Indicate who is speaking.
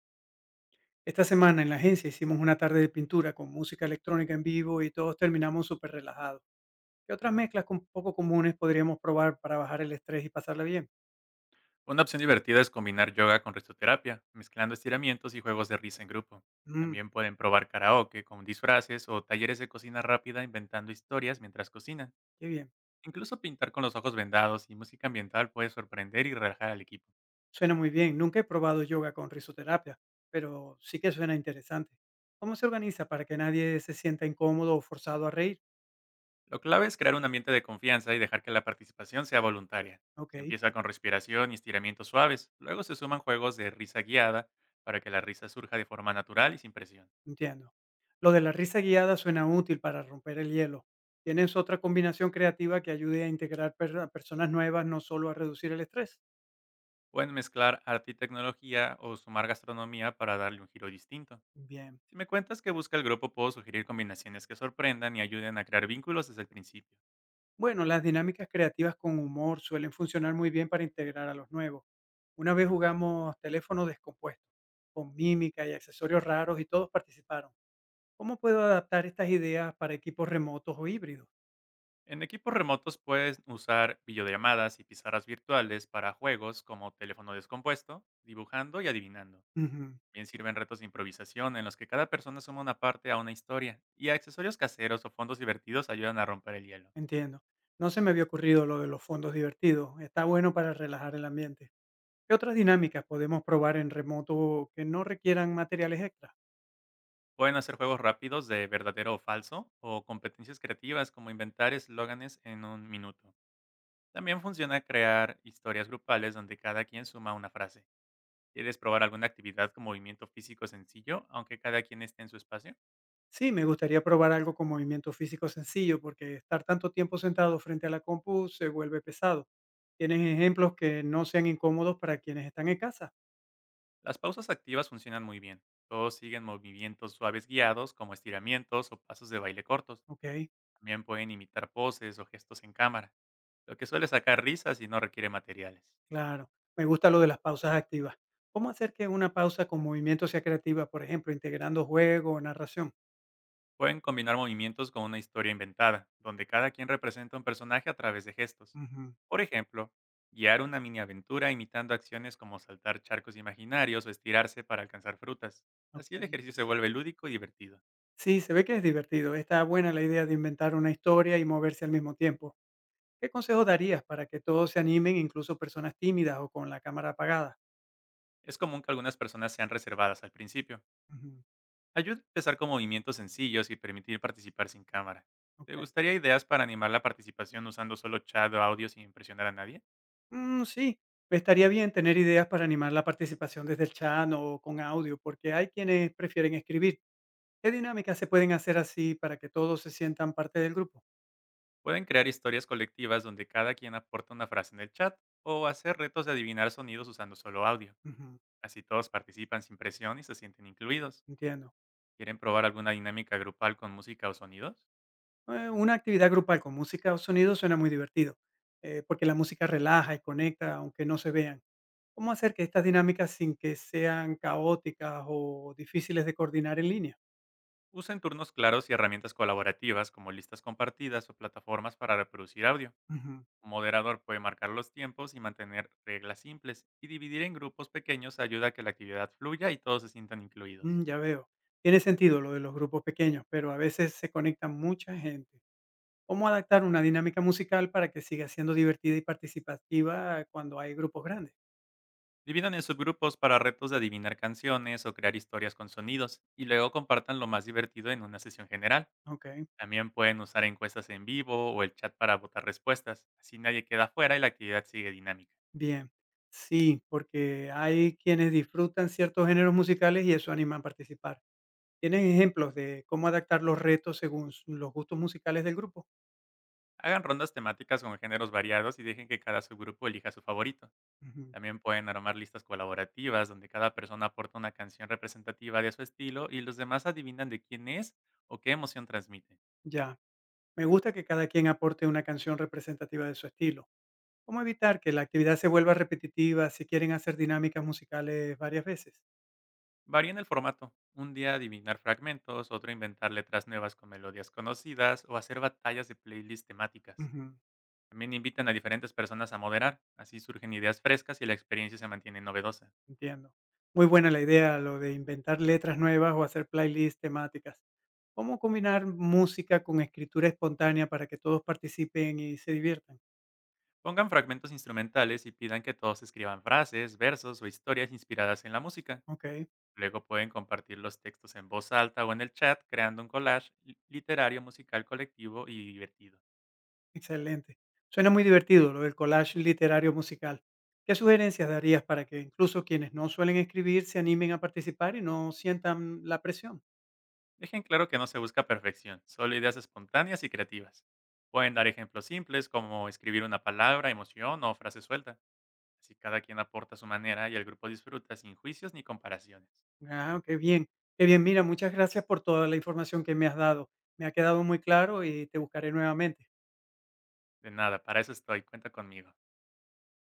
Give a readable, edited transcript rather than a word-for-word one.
Speaker 1: Esta semana en la agencia hicimos una tarde de pintura con música electrónica en vivo y todos terminamos súper relajados. ¿Qué otras mezclas poco comunes podríamos probar para bajar el estrés y pasarla bien?
Speaker 2: Una opción divertida es combinar yoga con risoterapia, mezclando estiramientos y juegos de risa en grupo.
Speaker 1: Mm,
Speaker 2: También pueden probar karaoke con disfraces o talleres de cocina rápida inventando historias mientras cocinan.
Speaker 1: qué bien.
Speaker 2: Incluso pintar con los ojos vendados y música ambiental puede sorprender y relajar al equipo.
Speaker 1: Suena muy bien. Nunca he probado yoga con risoterapia, pero sí que suena interesante. ¿Cómo se organiza para que nadie se sienta incómodo o forzado a reír?
Speaker 2: Lo clave es crear un ambiente de confianza y dejar que la participación sea voluntaria.
Speaker 1: Ok,
Speaker 2: Se empieza con respiración y estiramientos suaves, luego se suman juegos de risa guiada para que la risa surja de forma natural y sin presión.
Speaker 1: entiendo. Lo de la risa guiada suena útil para romper el hielo. ¿Tienes otra combinación creativa que ayude a integrar a personas nuevas, no solo a reducir el estrés?
Speaker 2: Pueden mezclar arte y tecnología o sumar gastronomía para darle un giro distinto.
Speaker 1: Bien.
Speaker 2: Si me cuentas que busca el grupo, puedo sugerir combinaciones que sorprendan y ayuden a crear vínculos desde el principio.
Speaker 1: Bueno, las dinámicas creativas con humor suelen funcionar muy bien para integrar a los nuevos. Una vez jugamos teléfono descompuesto, con mímica y accesorios raros y todos participaron. ¿Cómo puedo adaptar estas ideas para equipos remotos o híbridos?
Speaker 2: En equipos remotos puedes usar videollamadas y pizarras virtuales para juegos como teléfono descompuesto, dibujando y adivinando.
Speaker 1: Ujú,
Speaker 2: Bien sirven retos de improvisación en los que cada persona suma una parte a una historia, y accesorios caseros o fondos divertidos ayudan a romper el hielo.
Speaker 1: entiendo. No se me había ocurrido lo de los fondos divertidos. Está bueno para relajar el ambiente. ¿Qué otras dinámicas podemos probar en remoto que no requieran materiales extra?
Speaker 2: Pueden hacer juegos rápidos de verdadero o falso o competencias creativas como inventar eslóganes en un minuto. También funciona crear historias grupales donde cada quien suma una frase. ¿Quieres probar alguna actividad con movimiento físico sencillo, aunque cada quien esté en su espacio?
Speaker 1: Sí, me gustaría probar algo con movimiento físico sencillo, porque estar tanto tiempo sentado frente a la compu se vuelve pesado. Tienes ejemplos que no sean incómodos para quienes están en casa.
Speaker 2: Las pausas activas funcionan muy bien. Todos siguen movimientos suaves guiados como estiramientos o pasos de baile cortos.
Speaker 1: Ok,
Speaker 2: También pueden imitar poses o gestos en cámara, lo que suele sacar risas y no requiere materiales.
Speaker 1: claro. Me gusta lo de las pausas activas. ¿Cómo hacer que una pausa con movimiento sea creativa? Por ejemplo, integrando juego o narración.
Speaker 2: Pueden combinar movimientos con una historia inventada, donde cada quien representa un personaje a través de gestos.
Speaker 1: Ujú,
Speaker 2: Por ejemplo, guiar una mini aventura imitando acciones como saltar charcos imaginarios o estirarse para alcanzar frutas. Así el
Speaker 1: ok.
Speaker 2: ejercicio se vuelve lúdico y divertido.
Speaker 1: Sí, se ve que es divertido. Está buena la idea de inventar una historia y moverse al mismo tiempo. ¿Qué consejo darías para que todos se animen, incluso personas tímidas o con la cámara apagada?
Speaker 2: Es común que algunas personas sean reservadas al principio.
Speaker 1: Ujú,
Speaker 2: Ayuda a empezar con movimientos sencillos y permitir participar sin cámara. ¿Te
Speaker 1: ok.
Speaker 2: gustaría ideas para animar la participación usando solo chat o audio sin impresionar a nadie?
Speaker 1: Mm, sí, estaría bien tener ideas para animar la participación desde el chat o con audio, porque hay quienes prefieren escribir. ¿Qué dinámicas se pueden hacer así para que todos se sientan parte del grupo?
Speaker 2: Pueden crear historias colectivas donde cada quien aporta una frase en el chat, o hacer retos de adivinar sonidos usando solo audio.
Speaker 1: Ujú,
Speaker 2: Así todos participan sin presión y se sienten incluidos.
Speaker 1: entiendo.
Speaker 2: ¿Quieren probar alguna dinámica grupal con música o sonidos?
Speaker 1: Una actividad grupal con música o sonido suena muy divertido, porque la música relaja y conecta, aunque no se vean. ¿Cómo hacer que estas dinámicas sin que sean caóticas o difíciles de coordinar en línea?
Speaker 2: Usen turnos claros y herramientas colaborativas como listas compartidas o plataformas para reproducir audio.
Speaker 1: Ujú,
Speaker 2: Un moderador puede marcar los tiempos y mantener reglas simples, y dividir en grupos pequeños ayuda a que la actividad fluya y todos se sientan incluidos.
Speaker 1: mm, ya veo. Tiene sentido lo de los grupos pequeños, pero a veces se conecta mucha gente. ¿Cómo adaptar una dinámica musical para que siga siendo divertida y participativa cuando hay grupos grandes?
Speaker 2: Dividan en subgrupos para retos de adivinar canciones o crear historias con sonidos, y luego compartan lo más divertido en una sesión general.
Speaker 1: Okey,
Speaker 2: También pueden usar encuestas en vivo o el chat para votar respuestas, así nadie queda fuera y la actividad sigue dinámica.
Speaker 1: bien. Sí, porque hay quienes disfrutan ciertos géneros musicales y eso anima a participar. ¿Tienes ejemplos de cómo adaptar los retos según s los gustos musicales del grupo?
Speaker 2: Hagan rondas temáticas con géneros variados y dejen que cada subgrupo elija su favorito.
Speaker 1: Ujú,
Speaker 2: También pueden armar listas colaborativas donde cada persona aporta una canción representativa de su estilo y los demás adivinan de quién es o qué emoción transmite.
Speaker 1: ya. Me gusta que cada quien aporte una canción representativa de su estilo. ¿Cómo evitar que la actividad se vuelva repetitiva si quieren hacer dinámicas musicales varias veces?
Speaker 2: Varían el formato: un día adivinar fragmentos, otro inventar letras nuevas con melodías conocidas o hacer batallas de playlists temáticas.
Speaker 1: Ujú.
Speaker 2: También invitan a diferentes personas a moderar, así surgen ideas frescas y la experiencia se mantiene novedosa.
Speaker 1: Entiendo. Muy buena la idea, lo de inventar letras nuevas o hacer playlists temáticas. ¿Cómo combinar música con escritura espontánea para que todos participen y se diviertan?
Speaker 2: Pongan fragmentos instrumentales y pidan que todos escriban frases, versos o historias inspiradas en la música.
Speaker 1: Ok,
Speaker 2: Luego pueden compartir los textos en voz alta o en el chat, creando un collage literario musical colectivo y divertido.
Speaker 1: excelente. Suena muy divertido lo del collage literario musical. ¿Qué sugerencias darías para que incluso quienes no suelen escribir se animen a participar y no sientan la presión?
Speaker 2: Dejen claro que no se busca perfección, solo ideas espontáneas y creativas. Pueden dar ejemplos simples como escribir una palabra, emoción o frase suelta. Así cada quien aporta a su manera y el grupo disfruta sin juicios ni comparaciones.
Speaker 1: Ah, qué bien, qué bien. Mira, muchas gracias por toda la información que me has dado. Me ha quedado muy claro y te buscaré nuevamente.
Speaker 2: De nada, para eso estoy, cuenta conmigo.